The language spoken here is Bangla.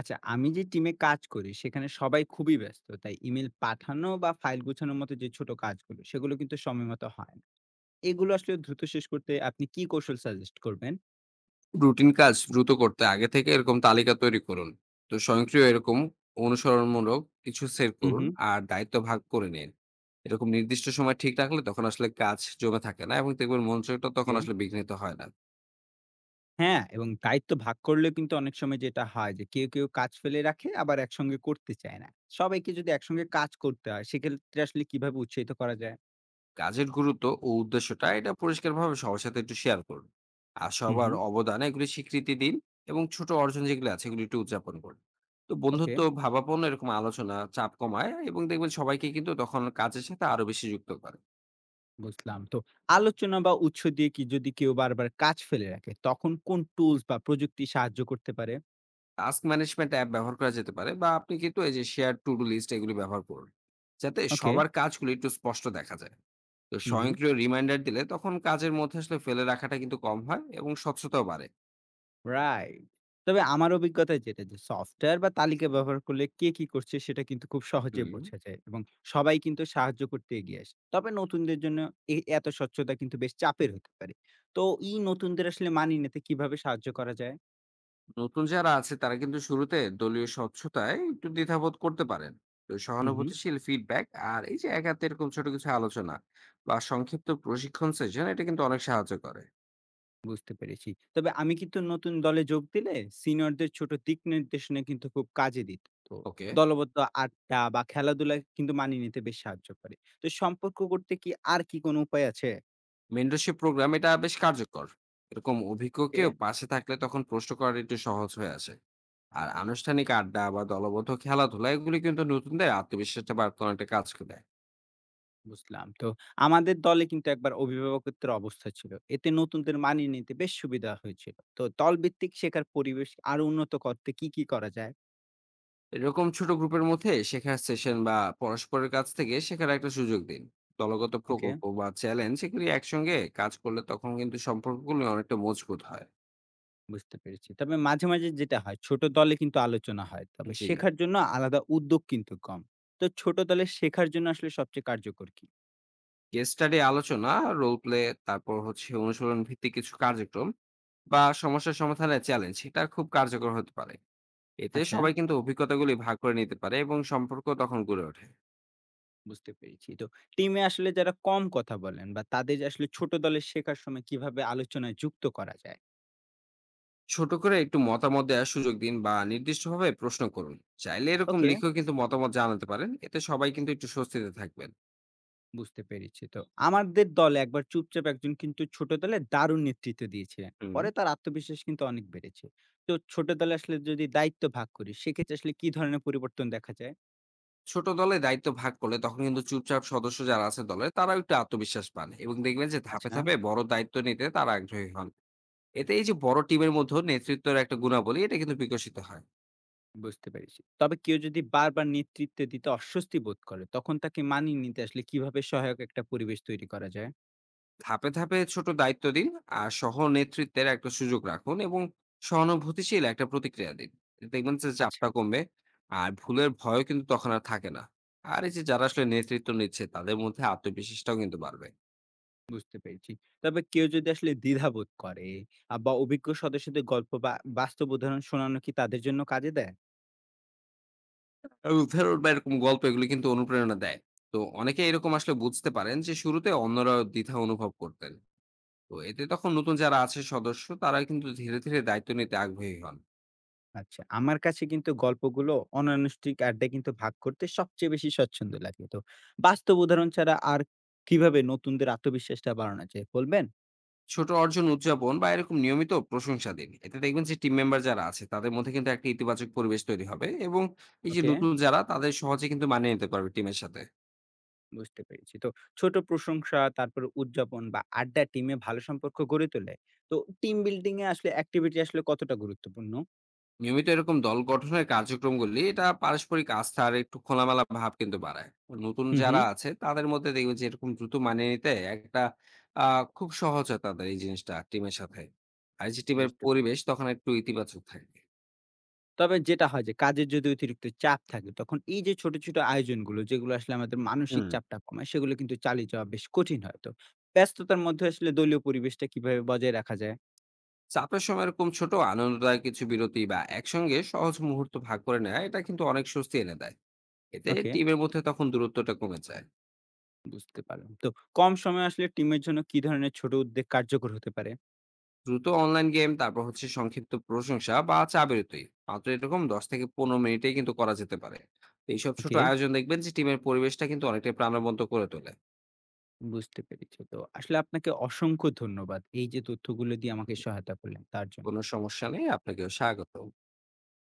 আচ্ছা, আমি যে টিমে কাজ করি সেখানে সবাই খুবই ব্যস্ত। তাই ইমেল পাঠানো বা ফাইল গুছানোর মতো যে ছোট কাজগুলো সেগুলো কিন্তু সময় মতো হয় না। এগুলো আসলে দ্রুত শেষ করতে আপনি কি কৌশল সাজেস্ট করবেন? রুটিন কাজ দ্রুত করতে আগে থেকে এরকম তালিকা তৈরি করুন। তো স্বয়ংক্রিয় এরকম অনুসরণমূলক কিছু সেট হু, করুন। হু, আর দায়িত্ব ভাগ করে নিন। এরকম নির্দিষ্ট সময় ঠিক রাখলে তখন আসলে কাজ জমে থাকে না এবং দেখবেন মনোযোগটা তখন ওকে। আসলে বিঘ্নিত হয় না। হ্যাঁ, এবং দায়িত্ব ভাগ করলেও কিন্তু অনেক সময় যেটা হয় যে কেউ কাজ ফেলে রাখে আবার একসঙ্গে করতে চায় না। সবাইকে যদি একসঙ্গে কাজ করতে হয় সেক্ষেত্রে আসলে কিভাবে উৎসাহিত করা যায়? কাজের গুরুত্ব ও উদ্দেশ্যটা এটা পরিষ্কারভাবে সবার সাথে একটু শেয়ার করুন। আর হু, সবার হু, অবদান এগুলি স্বীকৃতি দিন। এবং ছোট অর্জন যেগুলো আছে এগুলি একটু উদযাপন করুন। তো ওকে, বন্ধুত্ব ভাবাপন্ন এরকম আলোচনা চাপ কমায় এবং দেখবেন সবাইকে কিন্তু তখন কাজের সাথে আরো বেশি যুক্ত করে। বুঝলাম। তো আলোচনা বা উৎস দিয়ে কি যদি কেউ বারবার কাজ ফেলে রাখে তখন কোন টুলস বা প্রযুক্তি সাহায্য করতে পারে? টাস্ক ম্যানেজমেন্ট অ্যাপ ব্যবহার করা যেতে পারে, বা আপনি কিন্তু এই যে শেয়ার টু ডু লিস্ট এগুলি ব্যবহার করুন, যাতে ওকে। সবার কাজগুলি একটু স্পষ্ট দেখা যায়। তো হুম, হুম। স্বয়ংক্রিয় রিমাইন্ডার দিলে তখন কাজের মধ্যে আসলে ফেলে রাখাটা কিন্তু কম হয় এবং স্বচ্ছতাও বাড়ে। রাইট। তবে আমার অভিজ্ঞতায় যেটা যে সফটওয়্যার বা তালিকা ব্যবহার করলে কে কি করছে সেটা কিন্তু খুব সহজে হুম। বোঝা যায় এবং সবাই কিন্তু সাহায্য করতে এগিয়ে আসে। তবে নতুনদের জন্য এ এত স্বচ্ছতা কিন্তু বেশ চাপের হতে পারে। তো এই নতুনদের আসলে মানিয়ে নিতে কিভাবে সাহায্য করা যায়? নতুন যারা আছে তারা কিন্তু শুরুতে দলীয় স্বচ্ছতায় একটু দ্বিধাবোধ করতে পারেন। তো হুম, হুম। সহানুভূতিশীল ফিডব্যাক, আর এই যে একাতে এরকম ছোট কিছু আলোচনা বা সংক্ষিপ্ত প্রশিক্ষণ সেশন, এটা কিন্তু অনেক সাহায্য করে। বুঝতে পেরেছি। তবে আমি কিন্তু নতুন দলে যোগ দিলে সিনিয়রদের ছোট দিক নির্দেশনা কিন্তু খুব কাজে দিত। তো ওকে। দলবদ্ধ আড্ডা বা খেলাধুলা কিন্তু মানিয়ে নিতে বেশ সাহায্য করে। তো সম্পর্ক করতে কি আর কি কোনো উপায় আছে? মেন্টরশিপ প্রোগ্রাম এটা বেশ কার্যকর। এরকম অভিজ্ঞ ওকে, কেউ পাশে থাকলে তখন প্রশ্ন করাটা একটু সহজ হয়ে আসে। আর আনুষ্ঠানিক আড্ডা বা দলবদ্ধ খেলাধুলা এগুলি কিন্তু নতুনদের আত্মবিশ্বাসটা বাড়তে অনেকটা কাজ করে দেয়। বুঝলাম। তো আমাদের দলে কিন্তু একবার অভিভাবকত্বের অবস্থা ছিল। এতে নতুনদের মানিয়ে নিতে বেশ সুবিধা হয়েছিল। তো দলভিত্তিক শেখার পরিবেশ আরো উন্নত করতে কি করা যায়? এরকম ছোট গ্রুপের মধ্যে শেখার সেশন বা পরস্পরের কাছ থেকে শেখার একটা সুযোগ দিন। দলগত ওকে, প্রকল্প বা চ্যালেঞ্জ এগুলি একসঙ্গে কাজ করলে তখন কিন্তু সম্পর্কগুলো অনেকটা মজবুত হয়। বুঝতে পেরেছি। তবে মাঝে, মাঝে যেটা হয় ছোট দলে কিন্তু আলোচনা হয়। তবে জি। শেখার জন্য আলাদা উদ্যোগ কিন্তু কম। তো ছোট দলে শেখার জন্য আসলে সবচেয়ে কার্যকর কি? কেস স্টাডি আলোচনা, রোল প্লে, তারপর হচ্ছে অনুশীলন ভিত্তিক কিছু কার্যক্রম বা সমস্যা সমাধানের চ্যালেঞ্জ, সেটা খুব কার্যকর হতে পারে। এতে আচ্ছা, সবাই কিন্তু অভিজ্ঞতাগুলি ভাগ করে নিতে পারে এবং সম্পর্ক তখন গড়ে ওঠে। বুঝতে পেরেছি। তো টিমে আসলে যারা কম কথা বলেন বা তাদের আসলে ছোট দলে শেখার সময় কিভাবে আলোচনায় যুক্ত করা যায়? ছোট করে একটু মতামত দেওয়ার সুযোগ দিন বা নির্দিষ্টভাবে প্রশ্ন করুন। চাইলে এরকম ওকে। লিখেও কিন্তু মতামত জানাতে পারেন, এতে সবাই কিন্তু একটু স্বস্তিতে থাকবেন। বুঝতে পেরেছি। তো আমাদের দলে একবার চুপচাপ একজন কিন্তু ছোট দলে দারুণ নেতৃত্ব দিয়েছিলেন। হুম। পরে তার আত্মবিশ্বাস কিন্তু অনেক বেড়েছে। তো ছোট দলে আসলে যদি দায়িত্ব ভাগ করি সেক্ষেত্রে আসলে কি ধরনের পরিবর্তন দেখা যায়? ছোট দলে দায়িত্ব ভাগ করলে তখন কিন্তু চুপচাপ সদস্য যারা আছে দলে তারাও একটু আত্মবিশ্বাস পান এবং দেখবেন যে ধাপে আচ্ছা, ধাপে বড় দায়িত্ব নিতে তারা আগ্রহী হন। এতে এই যে বড় টিমের মধ্যে নেতৃত্বের একটা গুণাবলী এটা কিন্তু বিকশিত হয়। বুঝতে পেরেছি। তবে কেউ যদি বারবার নেতৃত্ব দিতে অস্বস্তি বোধ করে তখন তাকে মানিয়ে নিতে আসলে কিভাবে সহায়ক একটা পরিবেশ তৈরি করা যায়? ধাপে ধাপে ছোট দায়িত্ব দিন। আর সহ নেতৃত্বের একটা সুযোগ রাখুন এবং সহানুভূতিশীল একটা প্রতিক্রিয়া দিন। এতে দেখবেন যে আচ্ছা, চাপটা কমবে। আর ভুলের ভয়ও কিন্তু তখন আর থাকে না। আর এই যে যারা আসলে নেতৃত্ব নিচ্ছে তাদের মধ্যে আত্মবিশ্বাসটাও কিন্তু বাড়বে। বুঝতে পেরেছি। তবে কেউ যদি আসলে দ্বিধাবোধ করে বা অভিজ্ঞ সদস্যদের গল্প বা বাস্তব উদাহরণ শোনানো কি তাদের জন্য কাজে দেয়? আর উদাহরণ বা এরকম গল্প এগুলো কিন্তু অনুপ্রেরণা দেয়। তো অনেকে এরকম আসলে বুঝতে পারেন যে শুরুতে অন্যরা দ্বিধা অনুভব করতেন। তো এতে তখন নতুন যারা আছে সদস্য তারা কিন্তু ধীরে ধীরে দায়িত্ব নিতে আগ্রহী হন। আচ্ছা, আমার কাছে কিন্তু গল্পগুলো অনানুষ্ঠানিক আড্ডায় কিন্তু ভাগ করতে সবচেয়ে বেশি স্বচ্ছন্দ লাগে। তো বাস্তব উদাহরণ ছাড়া আর কিভাবে নতুনদের আত্মবিশ্বাসটা বাড়ানো যায় বলবেন? ছোট অর্জন উদযাপন বা এরকম নিয়মিত প্রশংসা দিন। এতে দেখবেন যে টিম মেম্বার যারা আছে তাদের মধ্যে কিন্তু একটা ইতিবাচক পরিবেশ তৈরি হবে এবং এই যে ওকে, নতুন যারা তাদের সহজে কিন্তু মানিয়ে নিতে পারবে টিমের সাথে। বুঝতে পেরেছি। তো ছোট প্রশংসা, তারপরে উদযাপন বা আড্ডা টিমে ভালো সম্পর্ক গড়ে তোলে। তো টিম বিল্ডিং এ আসলে অ্যাক্টিভিটি আসলে কতটা গুরুত্বপূর্ণ? নিয়মিত এরকম দল গঠনের কার্যক্রমগুলি এটা পারস্পরিক আস্থা আর একটু খোলামেলা ভাব কিন্তু বাড়ায়। নতুন হুম যারা হুম, আছে তাদের মধ্যে দেখবেন যে এরকম দ্রুত মানিয়ে নিতে একটা খুব সহজ হয় তাদের এই জিনিসটা টিমের সাথে। আর এই যে টিমের বুঝতে পরিবেশ পেরেছি। তখন একটু ইতিবাচক থাকে। তবে যেটা হয় যে কাজের যদি অতিরিক্ত চাপ থাকে তখন এই যে ছোট ছোট আয়োজনগুলো যেগুলো আসলে আমাদের মানসিক হুম। চাপটা কমায় সেগুলো কিন্তু চালিয়ে যাওয়া বেশ কঠিন হয়। তো ব্যস্ততার মধ্যে আসলে দলীয় পরিবেশটা কিভাবে বজায় রাখা যায়? চাপের সময় এরকম ছোট আনন্দদায়ক কিছু বিরতি বা একসঙ্গে সহজ মুহূর্ত ভাগ করে নেয়, এটা কিন্তু অনেক স্বস্তি এনে দেয়। এতে ওকে, টিমের মধ্যে তখন দূরত্বটা কমে যায়। বুঝতে পারলাম। তো কম সময় আসলে টিমের জন্য কি ধরনের ছোট উদ্যোগ কার্যকর হতে পারে? দ্রুত অনলাইন গেম, তারপর হচ্ছে সংক্ষিপ্ত প্রশংসা বা চা বিরতি, মাত্র এরকম 10 থেকে 15 মিনিটেই কিন্তু করা যেতে পারে। এইসব ছোট ওকে, আয়োজন দেখবেন যে টিমের পরিবেশটা কিন্তু অনেকটাই প্রাণবন্ত করে তোলে। বুঝতে পেরেছি। তো আসলে আপনাকে অসংখ্য ধন্যবাদ এই যে তথ্যগুলো দিয়ে আমাকে সহায়তা করলেন তার জন্য। কোনো সমস্যা নেই, আপনাকেও স্বাগত।